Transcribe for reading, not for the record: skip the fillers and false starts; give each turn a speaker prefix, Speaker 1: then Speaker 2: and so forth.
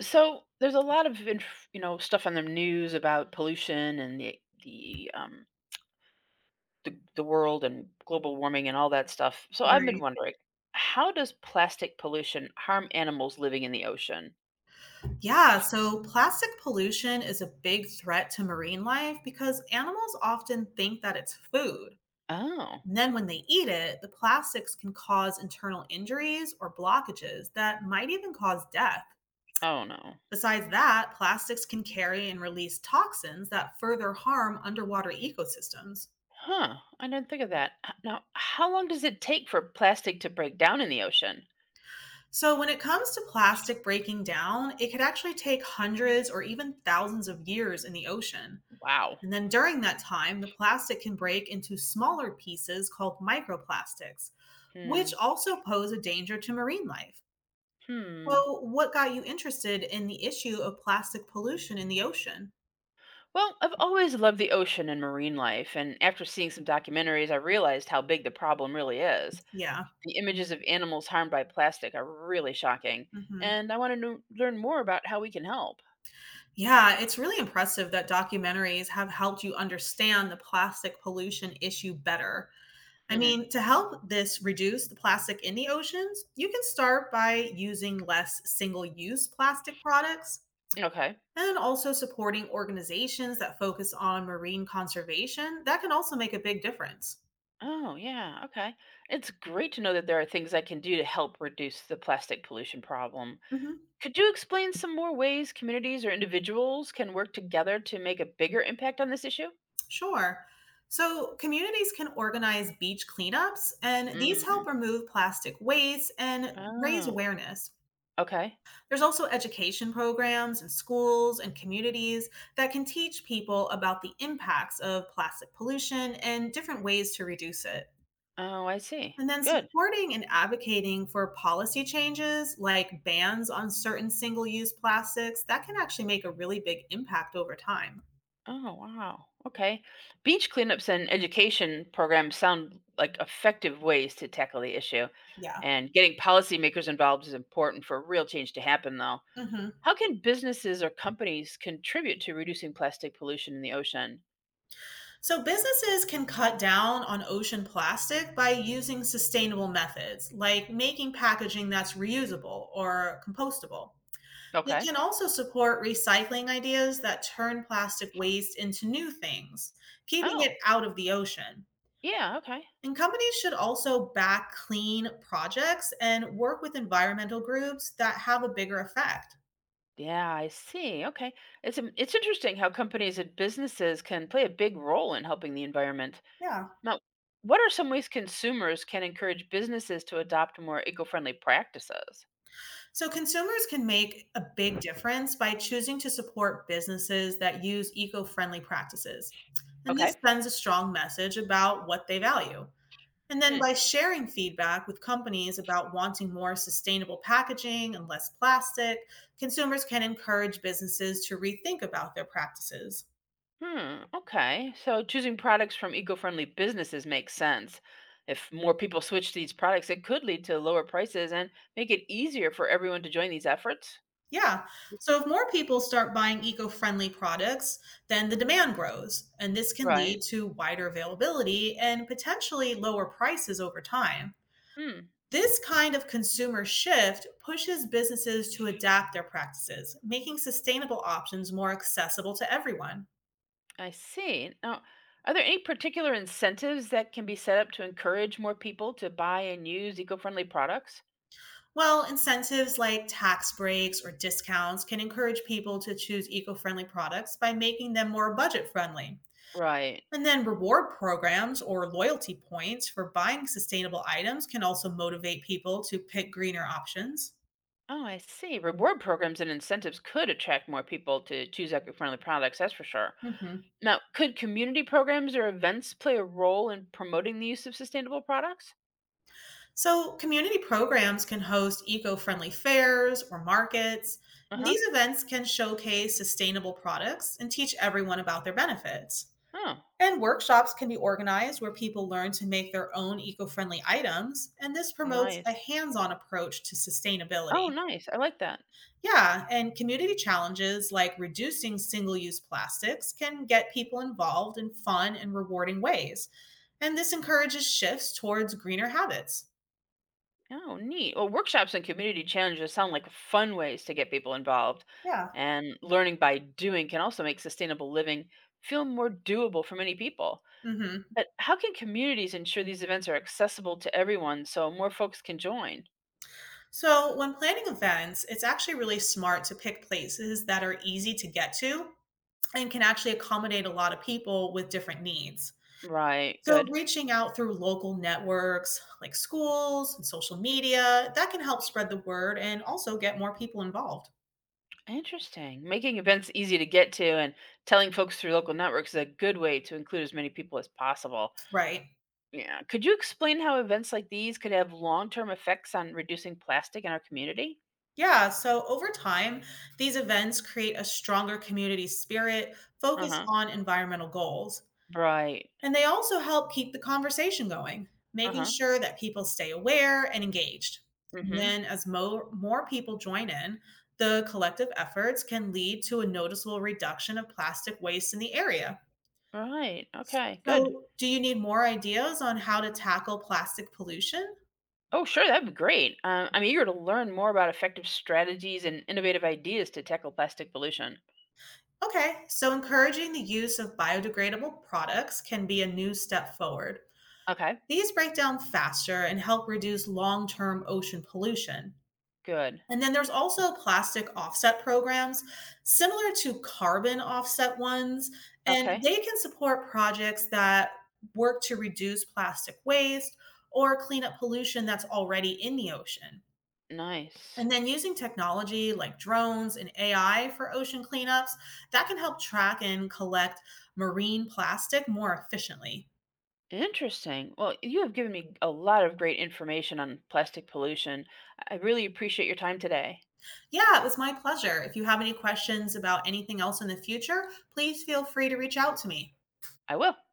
Speaker 1: So there's a lot of stuff on the news about pollution and the world and global warming and all that stuff. So I've been
Speaker 2: Right.
Speaker 1: wondering, how does plastic pollution harm animals living in the ocean?
Speaker 2: Yeah. So plastic pollution is a big threat to marine life because animals often think that it's food.
Speaker 1: Oh,
Speaker 2: And then when they eat it, the plastics can cause internal injuries or blockages that might even cause death.
Speaker 1: oh no.
Speaker 2: Besides that, plastics can carry and release toxins that further harm underwater ecosystems.
Speaker 1: Huh, I didn't think of that. Now, how long does it take for plastic to break down in the ocean?
Speaker 2: So, when it comes to plastic breaking down, it could actually take hundreds or even thousands of years in the ocean.
Speaker 1: Wow.
Speaker 2: And then during that time, the plastic can break into smaller pieces called microplastics, which
Speaker 1: Hmm.
Speaker 2: also pose a danger to marine life.
Speaker 1: Hmm.
Speaker 2: So, what got you interested in the issue of plastic pollution in the ocean?
Speaker 1: Well, I've always loved the ocean and marine life, and after seeing some documentaries, I realized how big the problem really is.
Speaker 2: Yeah.
Speaker 1: The images of animals harmed by plastic are really shocking,
Speaker 2: Hmm.
Speaker 1: and I want to learn more about how we can help.
Speaker 2: Yeah, it's really impressive that documentaries have helped you understand the plastic pollution issue better. I
Speaker 1: Hmm.
Speaker 2: mean, to help this reduce the plastic in the oceans, you can start by using less single use plastic products
Speaker 1: Okay.
Speaker 2: and also supporting organizations that focus on marine conservation that can also make a big difference.
Speaker 1: Oh, yeah. Okay. It's great to know that there are things I can do to help reduce the plastic pollution problem.
Speaker 2: Mhm.
Speaker 1: Could you explain some more ways communities or individuals can work together to make a bigger impact on this issue?
Speaker 2: Sure. So communities can organize beach cleanups and these
Speaker 1: Mm.
Speaker 2: help remove plastic waste and raise
Speaker 1: Oh,
Speaker 2: awareness.
Speaker 1: okay.
Speaker 2: There's also education programs in schools and communities that can teach people about the impacts of plastic pollution and different ways to reduce it.
Speaker 1: Oh, I see.
Speaker 2: And then
Speaker 1: Good.
Speaker 2: supporting and advocating for policy changes like bans on certain single use plastics that can actually make a really big impact over time.
Speaker 1: Oh, wow. Okay. Beach cleanups and education programs sound like effective ways to tackle the issue.
Speaker 2: Yeah.
Speaker 1: And getting policymakers involved is important for real change to happen, though.
Speaker 2: Hmm.
Speaker 1: How can businesses or companies contribute to reducing plastic pollution in the ocean?
Speaker 2: So businesses can cut down on ocean plastic by using sustainable methods like making packaging that's reusable or compostable. They
Speaker 1: Okay.
Speaker 2: can also support recycling ideas that turn plastic waste into new things, keeping it
Speaker 1: Oh,
Speaker 2: out of the ocean.
Speaker 1: yeah. Okay.
Speaker 2: And companies should also back clean projects and work with environmental groups that have a bigger effect.
Speaker 1: Yeah, I see. Okay. It's interesting how companies and businesses can play a big role in helping the environment.
Speaker 2: Yeah.
Speaker 1: Now, what are some ways consumers can encourage businesses to adopt more eco-friendly practices?
Speaker 2: So, consumers can make a big difference by choosing to support businesses that use eco friendly practices. And
Speaker 1: Okay.
Speaker 2: this sends a strong message about what they value. And then
Speaker 1: Hmm.
Speaker 2: by sharing feedback with companies about wanting more sustainable packaging and less plastic, consumers can encourage businesses to rethink about their practices.
Speaker 1: Hmm. Okay. So choosing products from eco-friendly businesses makes sense. If more people switch to these products, it could lead to lower prices and make it easier for everyone to join these efforts.
Speaker 2: Yeah. So if more people start buying eco friendly products, then the demand grows. And this can
Speaker 1: Right.
Speaker 2: lead to wider availability and potentially lower prices over time.
Speaker 1: Hmm.
Speaker 2: This kind of consumer shift pushes businesses to adapt their practices, making sustainable options more accessible to everyone.
Speaker 1: I see. Now, are there any particular incentives that can be set up to encourage more people to buy and use eco-friendly products?
Speaker 2: Well, incentives like tax breaks or discounts can encourage people to choose eco friendly products by making them more budget friendly.
Speaker 1: Right.
Speaker 2: And then reward programs or loyalty points for buying sustainable items can also motivate people to pick greener options.
Speaker 1: Oh, I see. Reward programs and incentives could attract more people to choose eco-friendly products, that's for sure.
Speaker 2: Mhm.
Speaker 1: Now, could community programs or events play a role in promoting the use of sustainable products?
Speaker 2: So, community programs can host eco friendly fairs or markets.
Speaker 1: Uh huh.
Speaker 2: These events can showcase sustainable products and teach everyone about their benefits.
Speaker 1: Oh,
Speaker 2: And workshops can be organized where people learn to make their own eco friendly items. And this promotes
Speaker 1: nice.
Speaker 2: a hands on approach to
Speaker 1: Oh,
Speaker 2: sustainability.
Speaker 1: nice. I like that.
Speaker 2: Yeah, and community challenges like reducing single use plastics can get people involved in fun and rewarding ways. And this encourages shifts towards greener habits.
Speaker 1: Oh, neat. Well, workshops and community challenges sound like fun ways to get people involved.
Speaker 2: Yeah.
Speaker 1: And learning by doing can also make sustainable living feel more doable for many people.
Speaker 2: Hmm.
Speaker 1: But how can communities ensure these events are accessible to everyone so more folks can join?
Speaker 2: So, when planning events, it's actually really smart to pick places that are easy to get to and can actually accommodate a lot of people with different needs.
Speaker 1: Right.
Speaker 2: So,
Speaker 1: Good.
Speaker 2: reaching out through local networks like schools and social media, that can help spread the word and also get more people involved.
Speaker 1: Interesting. Making events easy to get to and telling folks through local networks is a good way to include as many people as possible.
Speaker 2: Right.
Speaker 1: Yeah. Could you explain how events like these could have long term effects on reducing plastic in our community?
Speaker 2: Yeah, so over time, these events create a stronger community spirit
Speaker 1: Uh
Speaker 2: focused
Speaker 1: huh.
Speaker 2: on environmental goals.
Speaker 1: Right.
Speaker 2: And they also help keep the conversation going,
Speaker 1: Uh
Speaker 2: making
Speaker 1: huh.
Speaker 2: sure that people stay aware and engaged.
Speaker 1: Mm
Speaker 2: And
Speaker 1: hmm.
Speaker 2: then, as more people join in, the collective efforts can lead to a noticeable reduction of plastic waste in the area.
Speaker 1: Right. Okay. Good.
Speaker 2: So, do you need more ideas on how to tackle plastic pollution?
Speaker 1: Oh, sure. That'd be great. I'm eager to learn more about effective strategies and innovative ideas to tackle plastic pollution.
Speaker 2: Okay, so encouraging the use of biodegradable products can be a new step forward.
Speaker 1: Okay.
Speaker 2: These break down faster and help reduce long term ocean pollution.
Speaker 1: Good.
Speaker 2: And then there's also plastic offset programs similar to carbon offset ones, and
Speaker 1: Okay.
Speaker 2: they can support projects that work to reduce plastic waste or clean up pollution that's already in the ocean.
Speaker 1: Nice.
Speaker 2: And then using technology like drones and AI for ocean cleanups, that can help track and collect marine plastic more efficiently.
Speaker 1: Interesting. Well, you have given me a lot of great information on plastic pollution. I really appreciate your time today.
Speaker 2: Yeah, it was my pleasure. If you have any questions about anything else in the future, please feel free to reach out to me.
Speaker 1: I will.